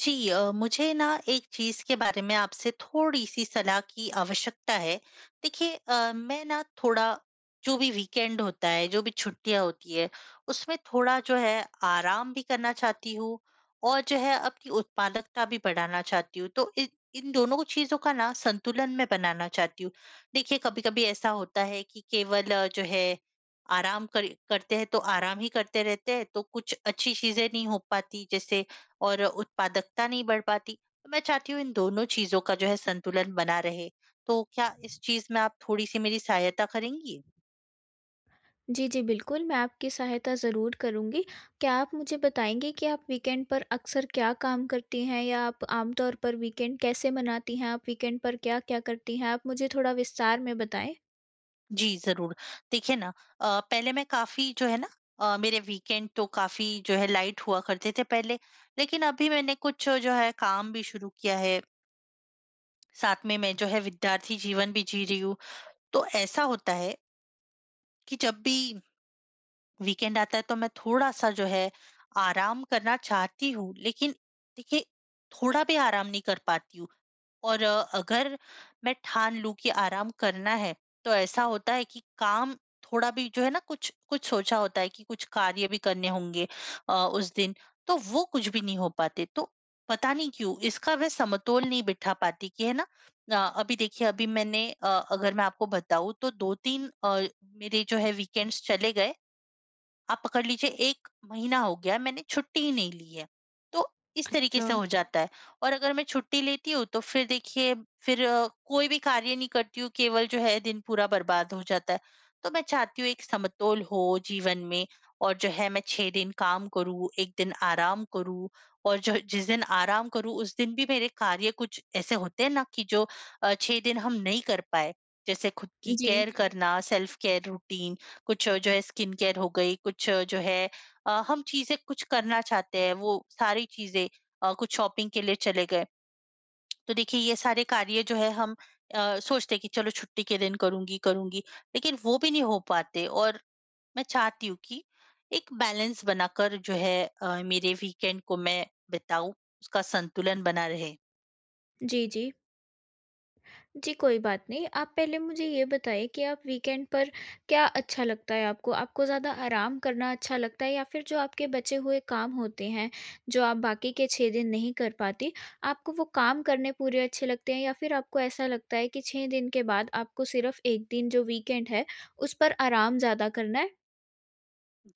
जी मुझे ना एक चीज़ के बारे में आपसे थोड़ी-सी सलाह की आवश्यकता है। देखिए मैं ना थोड़ा जो भी वीकेंड होता है, जो भी छुट्टियाँ होती है, उसमें थोड़ा जो है आराम भी करना चाहती हूँ और जो है अपनी उत्पादकता भी बढ़ाना चाहती हूँ। तो इन इन दोनों चीज़ों का ना संतुलन मैं बनाना चाहती हूँ। देखिए कभी-कभी ऐसा होता है कि केवल जो है आराम कर करते हैं तो आराम ही करते रहते हैं, तो कुछ अच्छी चीज़ें नहीं हो पाती जैसे और उत्पादकता नहीं बढ़ पाती। तो मैं चाहती हूँ इन दोनों चीज़ों का जो है संतुलन बना रहे। तो क्या इस चीज़ में आप थोड़ी-सी मेरी सहायता करेंगी? जी, जी, बिल्कुल, मैं आपकी सहायता ज़रूर करूँगी। क्या आप मुझे बताएँगे कि आप वीकेंड पर अक्सर क्या काम करती हैं या आप आमतौर पर वीकेंड कैसे मनाती हैं? आप वीकेंड पर क्या-क्या करती हैं? आप मुझे थोड़ा विस्तार में बताएँ। जी, ज़रूर। देखिए ना पहले मैं काफ़ी जो है ना मेरे वीकेंड तो काफ़ी जो है लाइट हुआ करते थे पहले। लेकिन अभी मैंने कुछ जो है काम भी शुरू किया है, साथ में मैं जो है विद्यार्थी जीवन भी जी रही हूँ। तो ऐसा होता है कि जब भी वीकेंड आता है तो मैं थोड़ा-सा जो है आराम करना चाहती हूँ, लेकिन देखिए थोड़ा भी आराम नहीं कर पाती हूँ और अगर मैं ठान लूँ कि आराम करना है, तो ऐसा होता है कि काम थोड़ा भी जो है ना कुछ कुछ सोचा होता है कि कुछ कार्य भी करने होंगे उस दिन, तो वो कुछ भी नहीं हो पाते। तो पता नहीं क्यों इसका मैं समतोल नहीं बिठा पाती कि है ना। अभी देखिए अभी मैंने अगर मैं आपको बताऊँ तो 2-3 मेरे जो है वीकेंड्स चले गए, आप पकड़ लीजिए 1 महीना हो गया है, मैंने छुट्टी ही नहीं ली है। तो इस तरीके अच्छा। से हो जाता है। और अगर मैं छुट्टी लेती हूँ तो फिर देखिए फिर कोई भी कार्य नहीं करती हूँ, केवल जो है दिन पूरा बर्बाद हो जाता है। तो मैं चाहती हूँ एक समतोल हो जीवन में और जो है मैं 6 दिन काम करूँ, 1 दिन आराम करूँ और जो जिस दिन आराम करूँ उस दिन भी मेरे कार्य कुछ ऐसे होते हैं ना कि जो 6 दिन हम नहीं कर पाए। जैसे खुद की जी। केयर करना, सेल्फ केयर रूटीन, कुछ जो है स्किन केयर हो गई, कुछ जो है हम चीज़ें कुछ करना चाहते हैं, वो सारी चीज़ें, कुछ शॉपिंग के लिए चले गए। तो देखिए ये सारे कार्य जो है हम सोचते हैं कि चलो छुट्टी के दिन करूँगी, करूँगी, लेकिन वो भी नहीं हो पाते और मैं चाहती हूँ कि एक बैलेंस बनाकर जो है मेरे वीकेंड को मैं बिताऊँ, उसका संतुलन बना रहे। जी, जी। जी, कोई बात नहीं। आप पहले मुझे ये बताइए कि आप वीकेंड पर क्या अच्छा लगता है आपको? आपको ज़्यादा आराम करना अच्छा लगता है या फिर जो आपके बचे हुए काम होते हैं, जो आप बाकी के 6 दिन नहीं कर पाती, आपको वो काम करने पूरे अच्छे लगते हैं या फिर आपको ऐसा लगता है कि 6 दिन के बाद आपको सिर्फ़ 1 दिन जो वीकेंड है, उस पर आराम ज़्यादा करना है?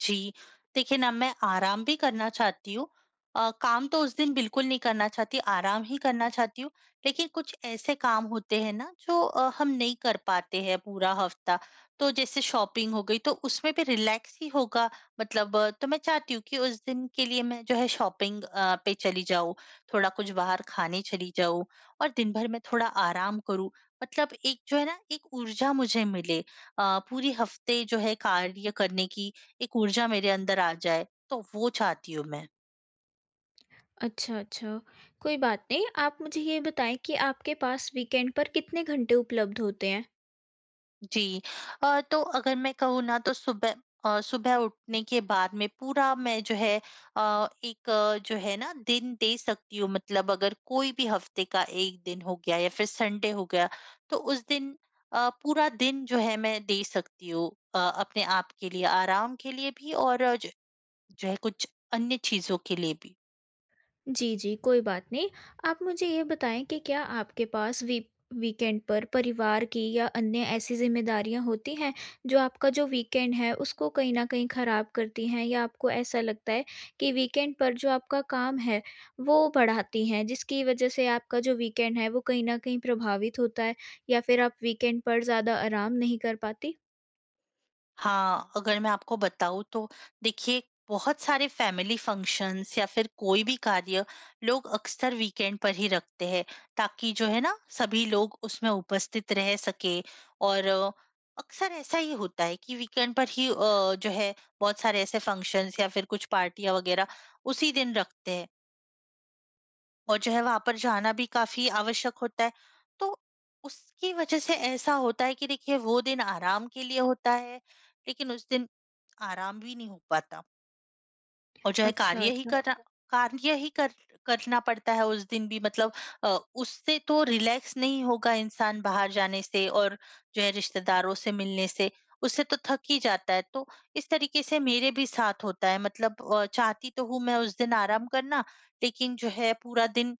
जी, देखिए ना मैं आराम भी करना चाहती हूँ। काम तो उस दिन बिल्कुल नहीं करना चाहती, आराम ही करना चाहती हूँ। लेकिन कुछ ऐसे काम होते हैं ना जो हम नहीं कर पाते हैं पूरा हफ़्ता। तो जैसे शॉपिंग हो गई तो उसमें भी रिलैक्स ही होगा, मतलब तो मैं चाहती हूँ कि उस दिन के लिए मैं जो है शॉपिंग पे चली जाऊँ, थोड़ा कुछ बाहर खाने चली जाऊँ और दिन भर में थोड़ा आराम करूँ। मतलब एक जो है ना एक ऊर्जा मुझे मिले, पूरे हफ़्ते जो है कार्य करने की एक ऊर्जा मेरे अंदर आ जाए, तो वो चाहती हूँ मैं। अच्छा, अच्छा। कोई बात नहीं। आप मुझे ये बताएँ कि आपके पास वीकेंड पर कितने घंटे उपलब्ध होते हैं? जी। तो अगर मैं कहूँ ना तो सुबह उठने के बाद में पूरा मैं जो है एक जो है ना दिन दे सकती हूँ, मतलब अगर कोई भी हफ्ते का 1 दिन हो गया या फिर संडे हो गया, तो उस दिन पूरा दिन जो है मैं दे सकती हूँ अपने आप के लिए, आराम के लिए भी और ज जो जो है कुछ अन्य चीज़ों के लिए भी। जी, जी, कोई बात नहीं। आप मुझे ये बताएँ कि क्या आपके पास वीकेंड पर परिवार की या अन्य ऐसी ज़िम्मेदारियाँ होती हैं, जो आपका जो वीकेंड है उसको कहीं न कहीं ख़राब करती हैं या आपको ऐसा लगता है कि वीकेंड पर जो आपका काम है, वो बढ़ाती हैं, जिसकी वज़ह से आपका जो वीकेंड है वो कहीं न कहीं प्रभावित होता है या फिर आप वीकेंड पर ज़्यादा आराम नहीं कर पाती? हाँ, अगर मैं आपको बताऊँ तो देखिए, बहुत सारे फैमिली फंक्शंस या फिर कोई भी कार्य लोग अक्सर वीकेंड पर ही रखते हैं ताकि जो है ना सभी लोग उसमें उपस्थित रह सके, और अक्सर ऐसा ही होता है कि वीकेंड पर ही जो है बहुत सारे ऐसे फंक्शंस या फिर कुछ पार्टियाँ वगैरह उसी दिन रखते हैं और जो है वहां पर जाना भी काफी आवश्यक होता है। तो उसकी वजह से ऐसा होता है कि देखिए वो दिन आराम के लिए होता है, लेकिन उस दिन आराम भी नहीं हो पाता और जो है अच्छा। कार्य ही कर करना पड़ता है उस दिन भी। मतलब उससे तो रिलैक्स नहीं होगा इंसान, बाहर जाने से और जो है रिश्तेदारों से मिलने से, उससे तो थक ही जाता है। तो इस तरीके से मेरे भी साथ होता है, मतलब चाहती तो हूँ मैं उस दिन आराम करना, लेकिन जो है पूरा दिन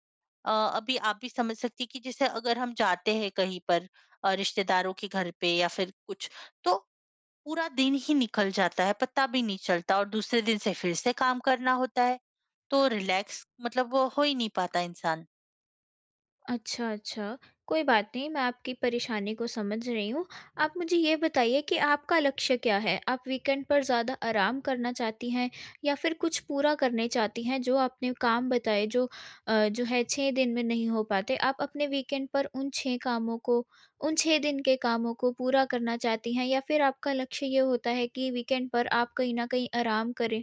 अभी आप भी समझ सकती कि जैसे अगर हम जाते हैं कहीं पर रिश्तेदारों के घर पे या फिर कुछ, तो पूरा दिन ही निकल जाता है, पता भी नहीं चलता और दूसरे दिन से फिर से काम करना होता है, तो रिलैक्स मतलब वो हो ही नहीं पाता इंसान। अच्छा, अच्छा। कोई बात नहीं, मैं आपकी परेशानी को समझ रही हूँ। आप मुझे ये बताइए कि आपका लक्ष्य क्या है? आप वीकेंड पर ज़्यादा आराम करना चाहती हैं या फिर कुछ पूरा करने चाहती हैं जो आपने काम बताए जो जो है 6 दिन में नहीं हो पाते। आप अपने वीकेंड पर उन 6 कामों को उन 6 दिन के कामों को पूरा करना चाहती हैं या फिर आपका लक्ष्य ये होता है कि वीकेंड पर आप कहीं न कहीं आराम करें?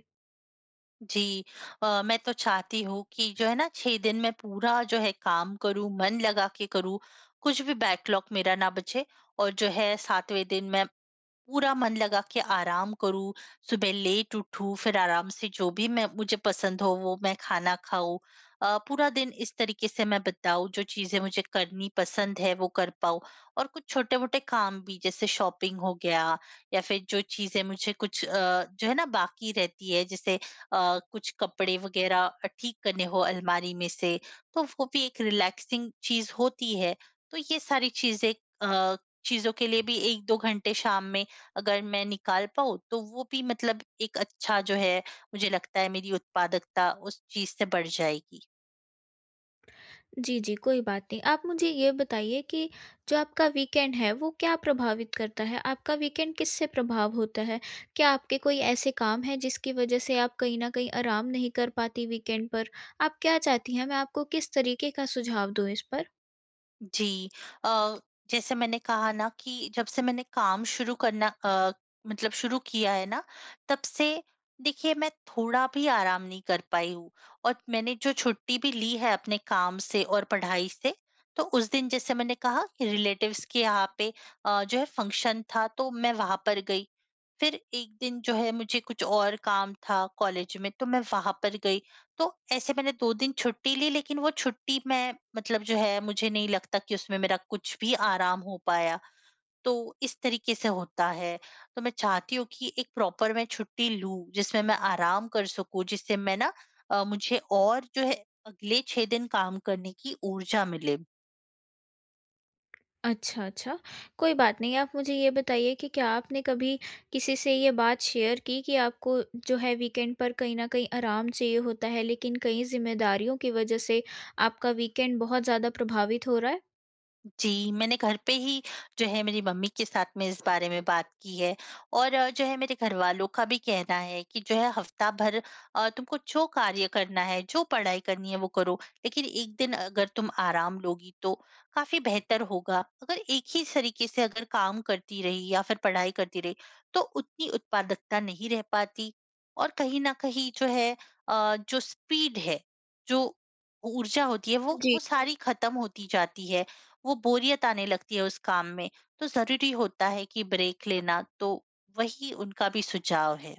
जी, मैं तो चाहती हूँ कि जो है ना 6 दिन मैं पूरा जो है काम करूँ, मन लगा के करूँ, कुछ भी बैकलॉग मेरा ना बचे और जो है 7वें दिन मैं पूरा मन लगा के आराम करूँ, सुबह लेट उठूँ, फिर आराम से जो भी मैं, मुझे पसंद हो वो मैं खाना खाऊँ। पूरा दिन इस तरीके से मैं बिताऊँ, जो चीज़ें मुझे करनी पसंद है वो कर पाऊँ और कुछ छोटे-मोटे काम भी, जैसे शॉपिंग हो गया या फिर जो चीज़ें मुझे कुछ जो है ना बाकी रहती है, जैसे कुछ कपड़े वगैरह ठीक करने हो अलमारी में से, तो वो भी एक रिलैक्सिंग चीज़ होती है। तो ये सारी चीज़ें अ, चीज़ों के लिए भी 1-2 घंटे शाम में अगर मैं निकाल पाऊँ तो वो भी, मतलब एक अच्छा जो है, मुझे लगता है मेरी उत्पादकता उस चीज़ से बढ़ जाएगी। जी, जी, कोई बात नहीं। आप मुझे ये बताइए कि जो आपका वीकेंड है, वो क्या प्रभावित करता है? आपका वीकेंड किससे प्रभाव होता है? क्या आपके कोई ऐसे काम हैं जिसकी वजह से आप कहीं न कहीं आराम नहीं कर पाती वीकेंड पर? आप क्या चाहती हैं मैं आपको किस तरीके का सुझाव दूँ इस पर? जी। अ, जैसे मैंने कहा ना कि जब से मैंने काम शुरू करना मतलब शुरू किया है ना, तब से देखिए मैं थोड़ा भी आराम नहीं कर पाई हूँ। और मैंने जो छुट्टी भी ली है अपने काम से और पढ़ाई से, तो उस दिन जैसे मैंने कहा कि रिलेटिव्स के यहाँ पे जो है फंक्शन था तो मैं वहाँ पर गई। फिर एक दिन जो है मुझे कुछ और काम था कॉलेज में तो मैं वहां पर गई। तो ऐसे मैंने 2 दिन छुट्टी ली, लेकिन वो छुट्टी मैं, मतलब जो है, मुझे नहीं लगता कि उसमें मेरा कुछ भी आराम हो पाया। तो इस तरीके से होता है। तो मैं चाहती हूँ कि एक प्रॉपर मैं छुट्टी लूँ जिसमें मैं आराम कर सकूँ, जिससे मैं ना मुझे और जो है अगले 6 दिन काम करने की ऊर्जा मिले। अच्छा, अच्छा, कोई बात नहीं। आप मुझे ये बताइए कि क्या आपने कभी किसी से ये बात शेयर की कि आपको जो है वीकेंड पर कहीं न कहीं आराम चाहिए होता है, लेकिन कई ज़िम्मेदारियों की वजह से आपका वीकेंड बहुत ज़्यादा प्रभावित हो रहा है? जी, मैंने घर पे ही जो है मेरी मम्मी के साथ में इस बारे में बात की है और जो है मेरे घरवालों का भी कहना है कि जो है हफ्ता भर तुमको जो कार्य करना है, जो पढ़ाई करनी है वो करो, लेकिन एक दिन अगर तुम आराम लोगी तो काफ़ी बेहतर होगा। अगर एक ही तरीके से अगर काम करती रही या फिर पढ़ाई करती रही, तो उतनी उत्पादकता नहीं रह पाती और कहीं न कहीं जो है जो स्पीड है, जो ऊर्जा होती है वो जी। वो सारी खत्म होती जाती है, वो बोरियत आने लगती है उस काम में, तो ज़रूरी होता है कि ब्रेक लेना, तो वही उनका भी सुझाव है।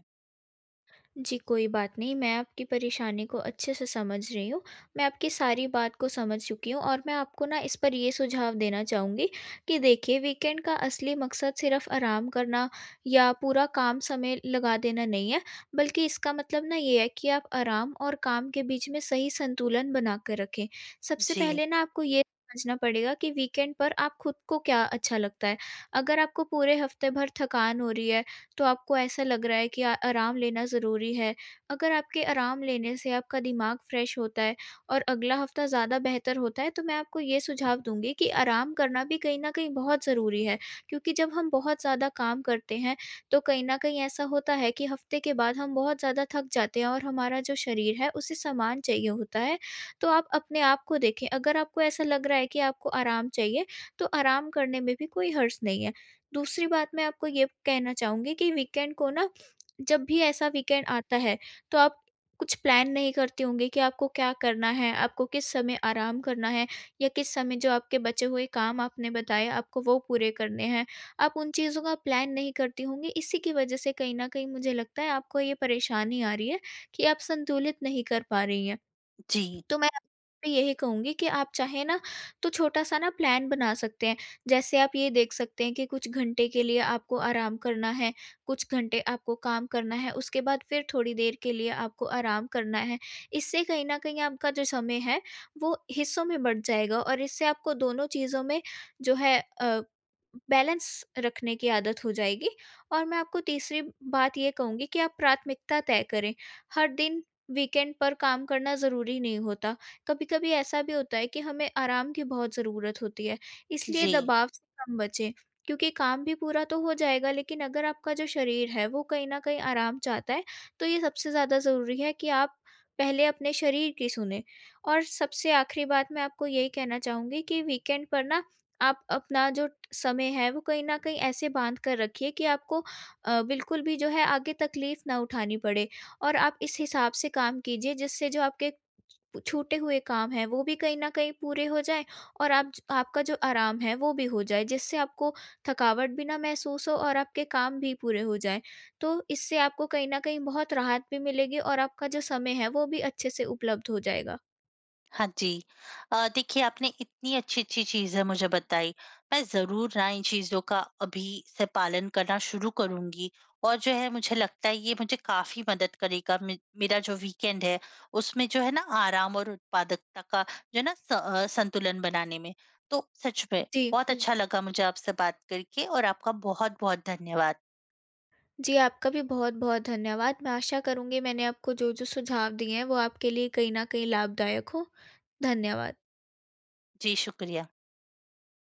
जी, कोई बात नहीं, मैं आपकी परेशानी को अच्छे से समझ रही हूँ। मैं आपकी सारी बात को समझ चुकी हूँ और मैं आपको ना इस पर ये सुझाव देना चाहूँगी कि देखिए वीकेंड का असली मकसद सिर्फ़ आराम करना या पूरा काम समय लगा देना नहीं है, बल्कि इसका मतलब ना ये है कि आप आराम और काम के बीच में सही संतुलन बना कर रखें। सबसे जी, पहले ना आपको ये समझना पड़ेगा कि वीकेंड पर आप खुद को क्या अच्छा लगता है। अगर आपको पूरे हफ़्ते भर थकान हो रही है तो आपको ऐसा लग रहा है कि आ आराम लेना ज़रूरी है। अगर आपके आराम लेने से आपका दिमाग फ्रेश होता है और अगला हफ़्ता ज़्यादा बेहतर होता है, तो मैं आपको ये सुझाव दूँगी कि आराम करना भी कहीं न कहीं बहुत ज़रूरी है। क्योंकि जब हम बहुत ज़्यादा काम करते हैं, तो कहीं न कहीं ऐसा होता है कि हफ़्ते के बाद हम बहुत ज़्यादा थक जाते हैं और हमारा जो शरीर है, उसे सामान चाहिए होता है। तो आप अपने आप को देखें, अगर आपको ऐसा लग रहा है कि आपको आराम चाहिए, तो आराम करने में भी कोई हर्ज़ नहीं है। दूसरी बात मैं आपको ये कहना चाहूँगी कि वीकेंड को ना जब भी ऐसा वीकेंड आता है, तो आप कुछ प्लान नहीं करती होंगी कि आपको क्या करना है, आपको किस समय आराम करना है या किस समय जो आपके बचे हुए काम आपने बताए आपको वो पूरे करने हैं। आप उन चीज़ों का प्लान नहीं करती होंगी, इसी की वजह से कहीं न कहीं मुझे लगता है आपको ये परेशानी आ रही है कि आप संतुलित नहीं कर पा रही हैं। जी, तो मैं आपसे यही कहूँगी कि आप चाहें ना तो छोटा-सा ना प्लान बना सकते हैं। जैसे आप ये देख सकते हैं कि कुछ घंटे के लिए आपको आराम करना है, कुछ घंटे आपको काम करना है, उसके बाद फिर थोड़ी देर के लिए आपको आराम करना है। इससे कहीं न कहीं आपका जो समय है वो हिस्सों में बँट जाएगा और इससे आपको दोनों चीज़ों में जो है बैलेंस रखने की आदत हो जाएगी। और मैं आपको तीसरी बात ये कहूँगी कि आप प्राथमिकता तय करें। हर दिन वीकेंड पर काम करना ज़रूरी नहीं होता। कभी-कभी ऐसा भी होता है कि हमें आराम की बहुत ज़रूरत होती है, इसलिए जी। दबाव से कम बचें, क्योंकि काम भी पूरा तो हो जाएगा, लेकिन अगर आपका जो शरीर है वो कहीं न कहीं आराम चाहता है, तो ये सबसे ज़्यादा ज़रूरी है कि आप पहले अपने शरीर की सुनें। और सबसे आखिरी बात मैं आपको यही कहना चाहूँगी कि वीकेंड पर ना आप अपना जो समय है वो कहीं न कहीं ऐसे बाँध कर रखिए कि आपको बिल्कुल भी जो है आगे तकलीफ़ ना उठानी पड़े। और आप इस हिसाब से काम कीजिए, जिससे जो आपके छूटे हुए काम हैं वो भी कहीं न कहीं पूरे हो जाएँ और आप ज आपका जो आराम है वो भी हो जाए, जिससे आपको थकावट भी ना महसूस हो और आपके काम भी पूरे हो जाएँ। तो इससे आपको कहीं न कहीं बहुत राहत भी मिलेगी और आपका जो समय है वो भी अच्छे से उपलब्ध हो जाएगा। हाँ जी। देखिए आपने इतनी अच्छी-अच्छी चीज़ें मुझे बताई। मैं ज़रूर ना इन चीज़ों का अभी से पालन करना शुरू करूँगी और जो है मुझे लगता है ये मुझे काफ़ी मदद करेगा। मे मेरा जो वीकेंड है उसमें जो है ना आराम और उत्पादकता का जो है ना संतुलन बनाने में। तो सच में जी। बहुत जी। अच्छा लगा मुझे आपसे बात करके, और आपका बहुत-बहुत धन्यवाद। जी, आपका भी बहुत-बहुत धन्यवाद। मैं आशा करूँगी मैंने आपको जो-जो सुझाव दिए हैं वो आपके लिए कहीं न कहीं लाभदायक हों। धन्यवाद। जी, शुक्रिया।